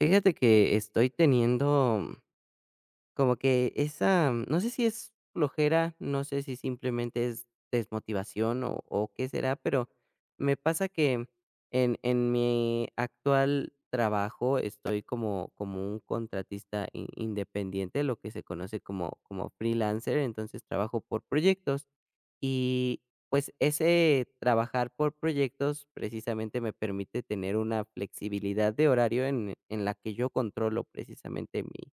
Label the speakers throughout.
Speaker 1: Fíjate que estoy teniendo, como que esa, no sé si es flojera, no sé si simplemente es desmotivación o qué será, pero me pasa que en mi actual trabajo estoy como, como un contratista independiente, lo que se conoce como, como freelancer, entonces trabajo por proyectos y pues ese trabajar por proyectos precisamente me permite tener una flexibilidad de horario en la que yo controlo precisamente mi,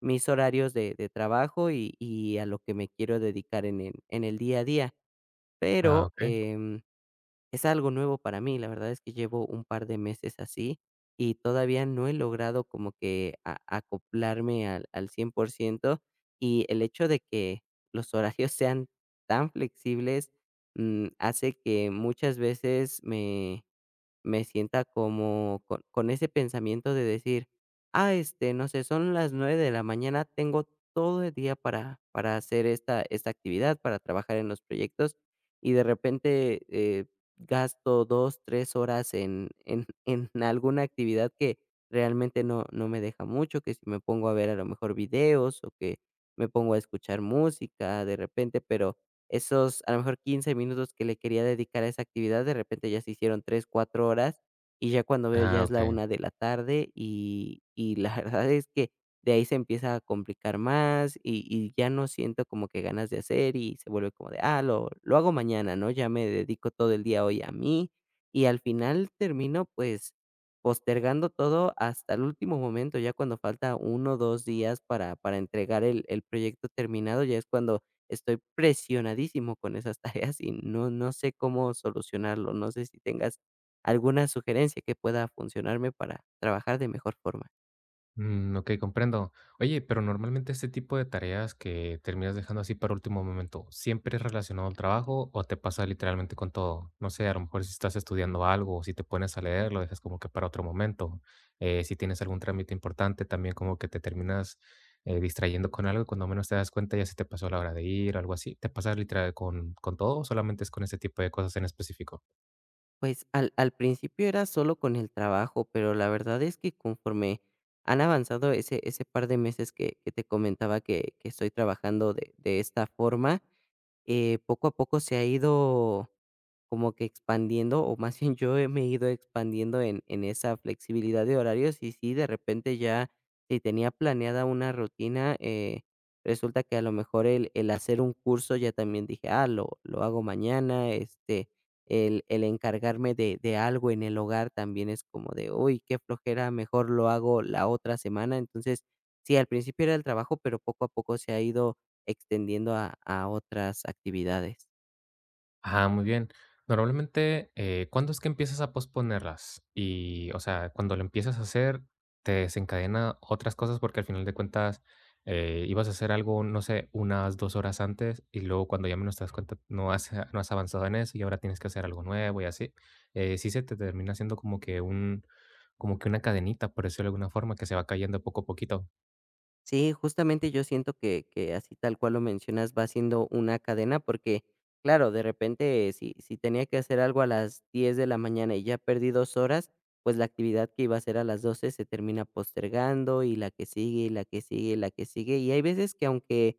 Speaker 1: mis horarios de trabajo y a lo que me quiero dedicar en el día a día.
Speaker 2: Ah,
Speaker 1: Pero,
Speaker 2: okey.
Speaker 1: es algo nuevo para mí, la verdad es que llevo un par de meses así y todavía no he logrado como que a acoplarme al al 100% y el hecho de que los horarios sean tan flexibles, hace que muchas veces me sienta como con ese pensamiento de decir, ah, este, no sé, son las 9 de la mañana, tengo todo el día para hacer esta, esta actividad, para trabajar en los proyectos y de repente gasto dos, tres horas en alguna actividad que realmente no, no me deja mucho, que si me pongo a ver a lo mejor videos o que me pongo a escuchar música de repente, pero esos, a lo mejor, 15 minutos que le quería dedicar a esa actividad, de repente ya se hicieron 3 4 horas, y ya cuando veo ya
Speaker 2: Ah,
Speaker 1: es la
Speaker 2: okey.
Speaker 1: una de la tarde, y la verdad es que de ahí se empieza a complicar más, y ya no siento como que ganas de hacer, y se vuelve como de: "Ah, lo hago mañana", ¿no? Ya me dedico todo el día hoy a mí, y al final termino, pues, postergando todo hasta el último momento, ya cuando falta 1, 2 días para entregar el proyecto terminado, ya es cuando estoy presionadísimo con esas tareas y no, no sé cómo solucionarlo. No sé si tengas alguna sugerencia que pueda funcionarme para trabajar de mejor forma.
Speaker 2: Mm, okey, comprendo. Oye, pero normalmente este tipo de tareas que terminas dejando así para último momento, ¿siempre es relacionado al trabajo o te pasa literalmente con todo? No sé, a lo mejor si estás estudiando algo o si te pones a leer, lo dejas como que para otro momento. Si tienes algún trámite importante, también como que te terminas, distrayendo con algo, y cuando menos te das cuenta ya se te pasó la hora de ir, o algo así. ¿Te pasa literal con todo o solamente es con este tipo de cosas en específico?
Speaker 1: Pues al principio era solo con el trabajo, pero la verdad es que conforme han avanzado ese, ese par de meses que te comentaba que estoy trabajando de esta forma, poco a poco se ha ido como que expandiendo, o más bien me he ido expandiendo en esa flexibilidad de horarios y sí, de repente ya, si tenía planeada una rutina, resulta que a lo mejor el hacer un curso ya también dije, ah, lo hago mañana, este, el encargarme de algo en el hogar también es como de, uy, qué flojera, mejor lo hago la otra semana. Entonces, sí, al principio era el trabajo, pero poco a poco se ha ido extendiendo a otras actividades.
Speaker 2: Ah, muy bien. Normalmente, ¿cuándo es que empiezas a posponerlas? Y, o sea, cuando lo empiezas a hacer, te desencadena otras cosas porque al final de cuentas ibas a hacer algo, no sé, unas dos horas antes y luego cuando ya menos te das cuenta no has avanzado en eso y ahora tienes que hacer algo nuevo y así. Sí se te termina haciendo como que una cadenita, por decirlo de alguna forma, que se va cayendo poco a poquito.
Speaker 1: Sí, justamente yo siento que así tal cual lo mencionas va siendo una cadena porque, claro, de repente si tenía que hacer algo a las 10 de la mañana y ya perdí dos horas, pues la actividad que iba a hacer a las 12 se termina postergando y la que sigue y la que sigue y la que sigue. Y hay veces que aunque,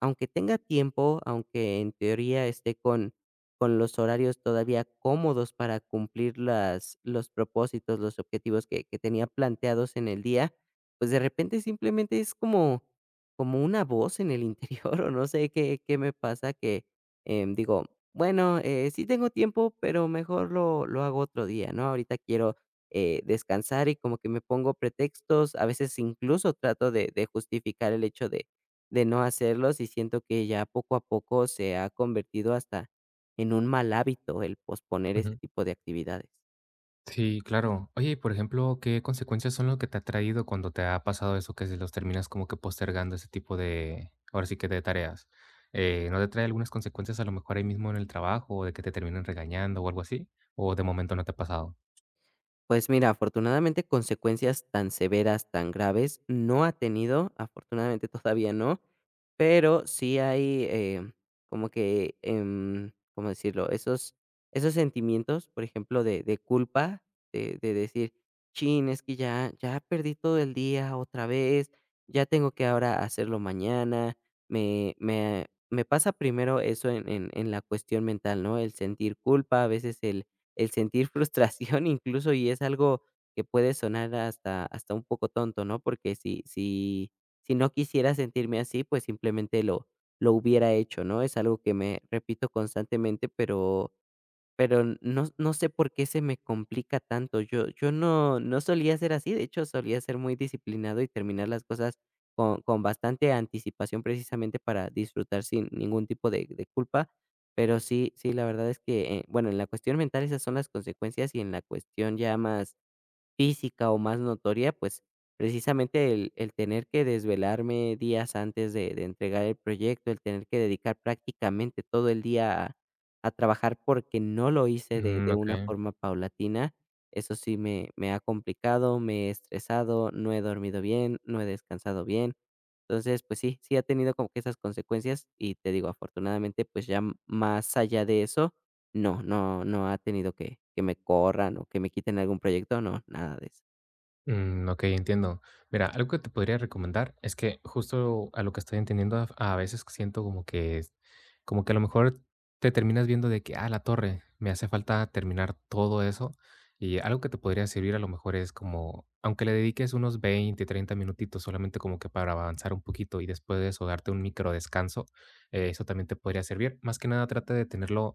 Speaker 1: aunque tenga tiempo, aunque en teoría esté con los horarios todavía cómodos para cumplir las, los propósitos, los objetivos que tenía planteados en el día, pues de repente simplemente es como, como una voz en el interior o no sé qué me pasa que digo, bueno, sí tengo tiempo, pero mejor lo hago otro día, ¿no? Ahorita quiero descansar y como que me pongo pretextos, a veces incluso trato de justificar el hecho de no hacerlos y siento que ya poco a poco se ha convertido hasta en un mal hábito el posponer ese tipo de actividades.
Speaker 2: Sí, claro. Oye, y por ejemplo, ¿qué consecuencias son lo que te ha traído cuando te ha pasado eso que se los terminas como que postergando ese tipo de, ahora sí que de tareas? ¿No te trae algunas consecuencias a lo mejor ahí mismo en el trabajo o de que te terminen regañando o algo así? ¿O de momento no te ha pasado?
Speaker 1: Pues mira, afortunadamente consecuencias tan severas, tan graves, no ha tenido, afortunadamente todavía no, pero sí hay, como que, ¿cómo decirlo? Esos esos sentimientos, por ejemplo, de culpa, de decir: "Chin, es que ya perdí todo el día otra vez, ya tengo que ahora hacerlo mañana". Me pasa primero eso en la cuestión mental, ¿no? El sentir culpa, a veces el sentir frustración incluso, y es algo que puede sonar hasta un poco tonto, ¿no? Porque si no quisiera sentirme así, pues simplemente lo hubiera hecho, ¿no? Es algo que me repito constantemente, pero no, no sé por qué se me complica tanto. Yo no, no solía ser así, de hecho solía ser muy disciplinado y terminar las cosas con bastante anticipación precisamente para disfrutar sin ningún tipo de culpa. Pero sí, sí, la verdad es que, bueno, en la cuestión mental esas son las consecuencias y en la cuestión ya más física o más notoria, pues precisamente el tener que desvelarme días antes de entregar el proyecto, el tener que dedicar prácticamente todo el día a trabajar porque no lo hice
Speaker 2: Mm,
Speaker 1: de
Speaker 2: ok.
Speaker 1: una forma paulatina, eso sí me ha complicado, me he estresado, no he dormido bien, no he descansado bien. Entonces, pues sí, sí ha tenido como que esas consecuencias y te digo, afortunadamente, pues ya más allá de eso, no, no, no ha tenido que me corran o que me quiten algún proyecto, no, nada de eso.
Speaker 2: Mm, ok, entiendo. Mira, algo que te podría recomendar es que justo a lo que estoy entendiendo, a veces siento como que, como que a lo mejor te terminas viendo de que, ah, la torre, me hace falta terminar todo eso. Y algo que te podría servir a lo mejor es como, aunque le dediques unos 20, 30 minutitos solamente como que para avanzar un poquito y después de eso darte un micro descanso, eso también te podría servir. Más que nada trata de tenerlo.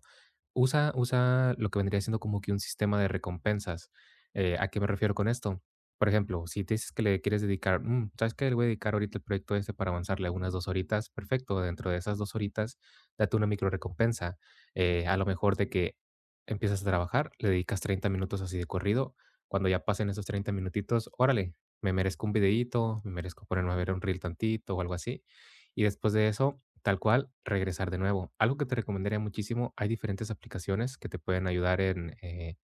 Speaker 2: Usa lo que vendría siendo como que un sistema de recompensas, ¿a qué me refiero con esto? Por ejemplo, si te dices que le quieres dedicar, mm, ¿sabes qué? Le voy a dedicar ahorita el proyecto este para avanzarle unas 2 horitas, perfecto, dentro de esas 2 horitas, date una microrrecompensa, a lo mejor de que empiezas a trabajar, le dedicas 30 minutos así de corrido, cuando ya pasen esos 30 minutitos, órale, me merezco un videíto, me merezco ponerme a ver un reel tantito o algo así, y después de eso, tal cual, regresar de nuevo. Algo que te recomendaría muchísimo, hay diferentes aplicaciones que te pueden ayudar en,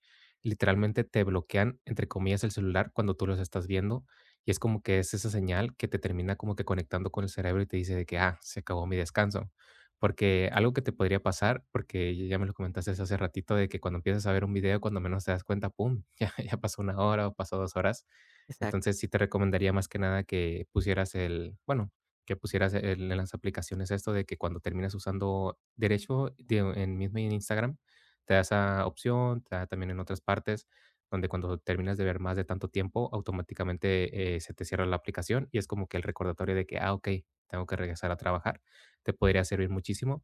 Speaker 2: literalmente te bloquean, entre comillas, el celular cuando tú los estás viendo y es como que es esa señal que te termina como que conectando con el cerebro y te dice de que, ah, se acabó mi descanso. Porque algo que te podría pasar, porque ya me lo comentaste hace ratito, de que cuando empiezas a ver un video, cuando menos te das cuenta, ¡pum!, ya, ya pasó una hora o pasó dos horas.
Speaker 1: Exacto.
Speaker 2: Entonces sí te recomendaría más que nada que pusieras el, bueno, que pusieras el en las aplicaciones esto de que cuando terminas usando derecho, digo, en mismo en Instagram, te da esa opción, te da también en otras partes, donde cuando terminas de ver más de tanto tiempo, automáticamente, se te cierra la aplicación y es como que el recordatorio de que, ah, ok, tengo que regresar a trabajar, te podría servir muchísimo.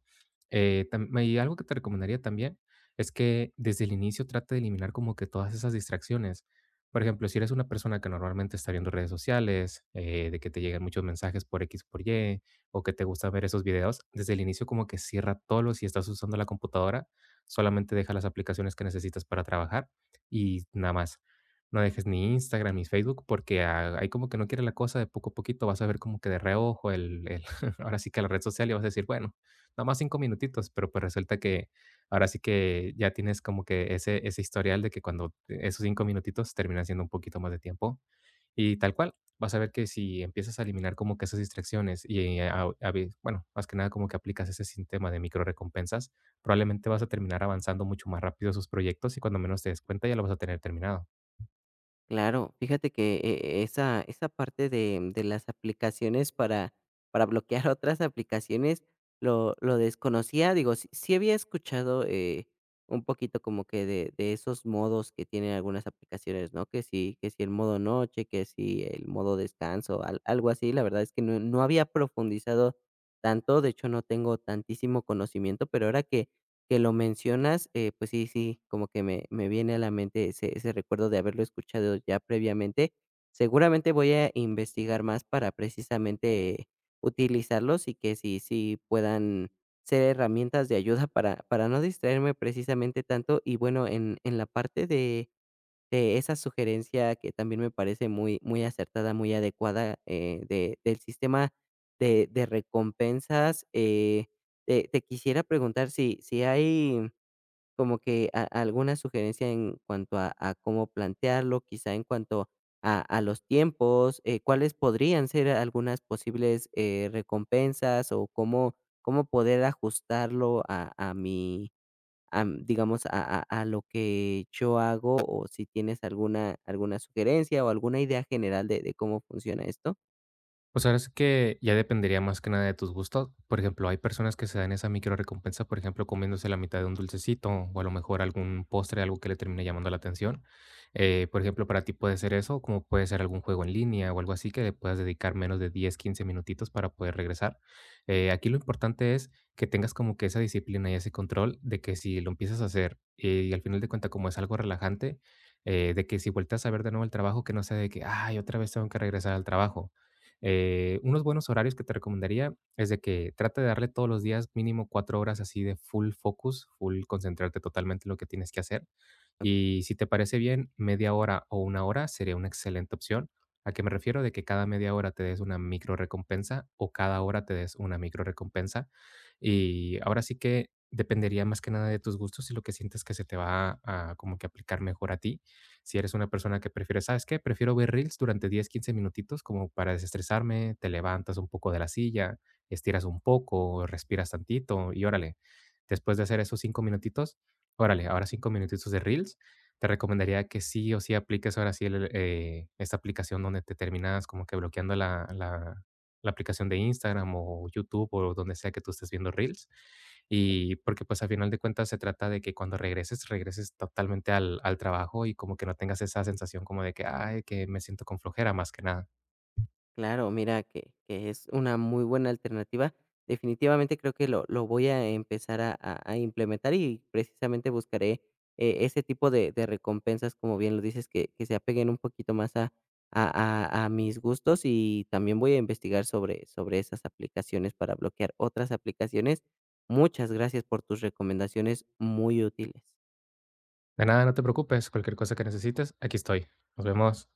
Speaker 2: Tam Y algo que te recomendaría también es que desde el inicio trate de eliminar como que todas esas distracciones, por ejemplo, si eres una persona que normalmente está viendo redes sociales, de que te llegan muchos mensajes por X, por Y, o que te gusta ver esos videos, desde el inicio como que cierra todo lo si estás usando la computadora, solamente deja las aplicaciones que necesitas para trabajar y nada más. No dejes ni Instagram ni Facebook porque ah, ahí como que no quiere la cosa, de poco a poquito vas a ver como que de reojo el ahora sí que la red social y vas a decir, bueno, nada más cinco minutitos, pero pues resulta que ahora sí que ya tienes como que ese historial de que cuando esos 5 minutitos terminan siendo un poquito más de tiempo. Y tal cual, vas a ver que si empiezas a eliminar como que esas distracciones y a ve bueno, más que nada como que aplicas ese sistema de micro recompensas, probablemente vas a terminar avanzando mucho más rápido esos proyectos y cuando menos te des cuenta ya lo vas a tener terminado.
Speaker 1: Claro, fíjate que esa esa parte de las aplicaciones para bloquear otras aplicaciones lo desconocía, digo, sí había escuchado, un poquito como que de esos modos que tienen algunas aplicaciones, ¿no? Que sí que si el modo noche, que si el modo descanso, al algo así, la verdad es que no había profundizado tanto, de hecho, no tengo tantísimo conocimiento, pero ahora que lo mencionas, pues sí, sí, como que me viene a la mente ese, ese recuerdo de haberlo escuchado ya previamente. Seguramente voy a investigar más para precisamente utilizarlos y que sí, sí puedan ser herramientas de ayuda para no distraerme precisamente tanto. Y bueno, en la parte de esa sugerencia que también me parece muy, muy acertada, muy adecuada, de, del sistema de recompensas. Te, te quisiera preguntar si hay como que alguna sugerencia en cuanto a cómo plantearlo, quizá en cuanto a los tiempos, cuáles podrían ser algunas posibles recompensas o cómo, cómo poder ajustarlo a mi digamos, a lo que yo hago, o si tienes alguna alguna sugerencia, o alguna idea general de cómo funciona esto.
Speaker 2: Pues ahora sí que ya dependería más que nada de tus gustos. Por ejemplo, hay personas que se dan esa micro recompensa, por ejemplo, comiéndose la mitad de un dulcecito o a lo mejor algún postre, algo que le termine llamando la atención. Por ejemplo, para ti puede ser eso, como puede ser algún juego en línea o algo así que le puedas dedicar menos de 10, 15 minutitos para poder regresar. Aquí lo importante es que tengas como que esa disciplina y ese control de que si lo empiezas a hacer y al final de cuentas como es algo relajante, de que si vueltas a ver de nuevo el trabajo, que no sea de que, ay, otra vez tengo que regresar al trabajo. Unos buenos horarios que te recomendaría es de que trata de darle todos los días mínimo cuatro horas así de full focus, full concentrarte totalmente en lo que tienes que hacer. Y si te parece bien, media hora o una hora sería una excelente opción. ¿A qué me refiero? De que cada media hora te des una micro recompensa o cada hora te des una micro recompensa. Y ahora sí que dependería más que nada de tus gustos y lo que sientes que se te va a como que aplicar mejor a ti. Si eres una persona que prefiere, ¿sabes qué? Prefiero ver reels durante 10, 15 minutitos como para desestresarme, te levantas un poco de la silla, estiras un poco, respiras tantito y órale. Después de hacer esos 5 minutitos, órale, ahora 5 minutitos de reels. Te recomendaría que sí o sí apliques ahora sí el, esta aplicación donde te terminas como que bloqueando la aplicación de Instagram o YouTube o donde sea que tú estés viendo reels y porque pues a final de cuentas se trata de que cuando regreses, regreses totalmente al trabajo y como que no tengas esa sensación como de que: "Ay, que me siento con flojera", más que nada.
Speaker 1: Claro, mira que es una muy buena alternativa. Definitivamente creo que lo voy a empezar a implementar y precisamente buscaré, ese tipo de recompensas, como bien lo dices, que se apeguen un poquito más a a mis gustos, y también voy a investigar sobre sobre esas aplicaciones para bloquear otras aplicaciones. Muchas gracias por tus recomendaciones muy útiles.
Speaker 2: De nada, no te preocupes, cualquier cosa que necesites, aquí estoy. Nos vemos.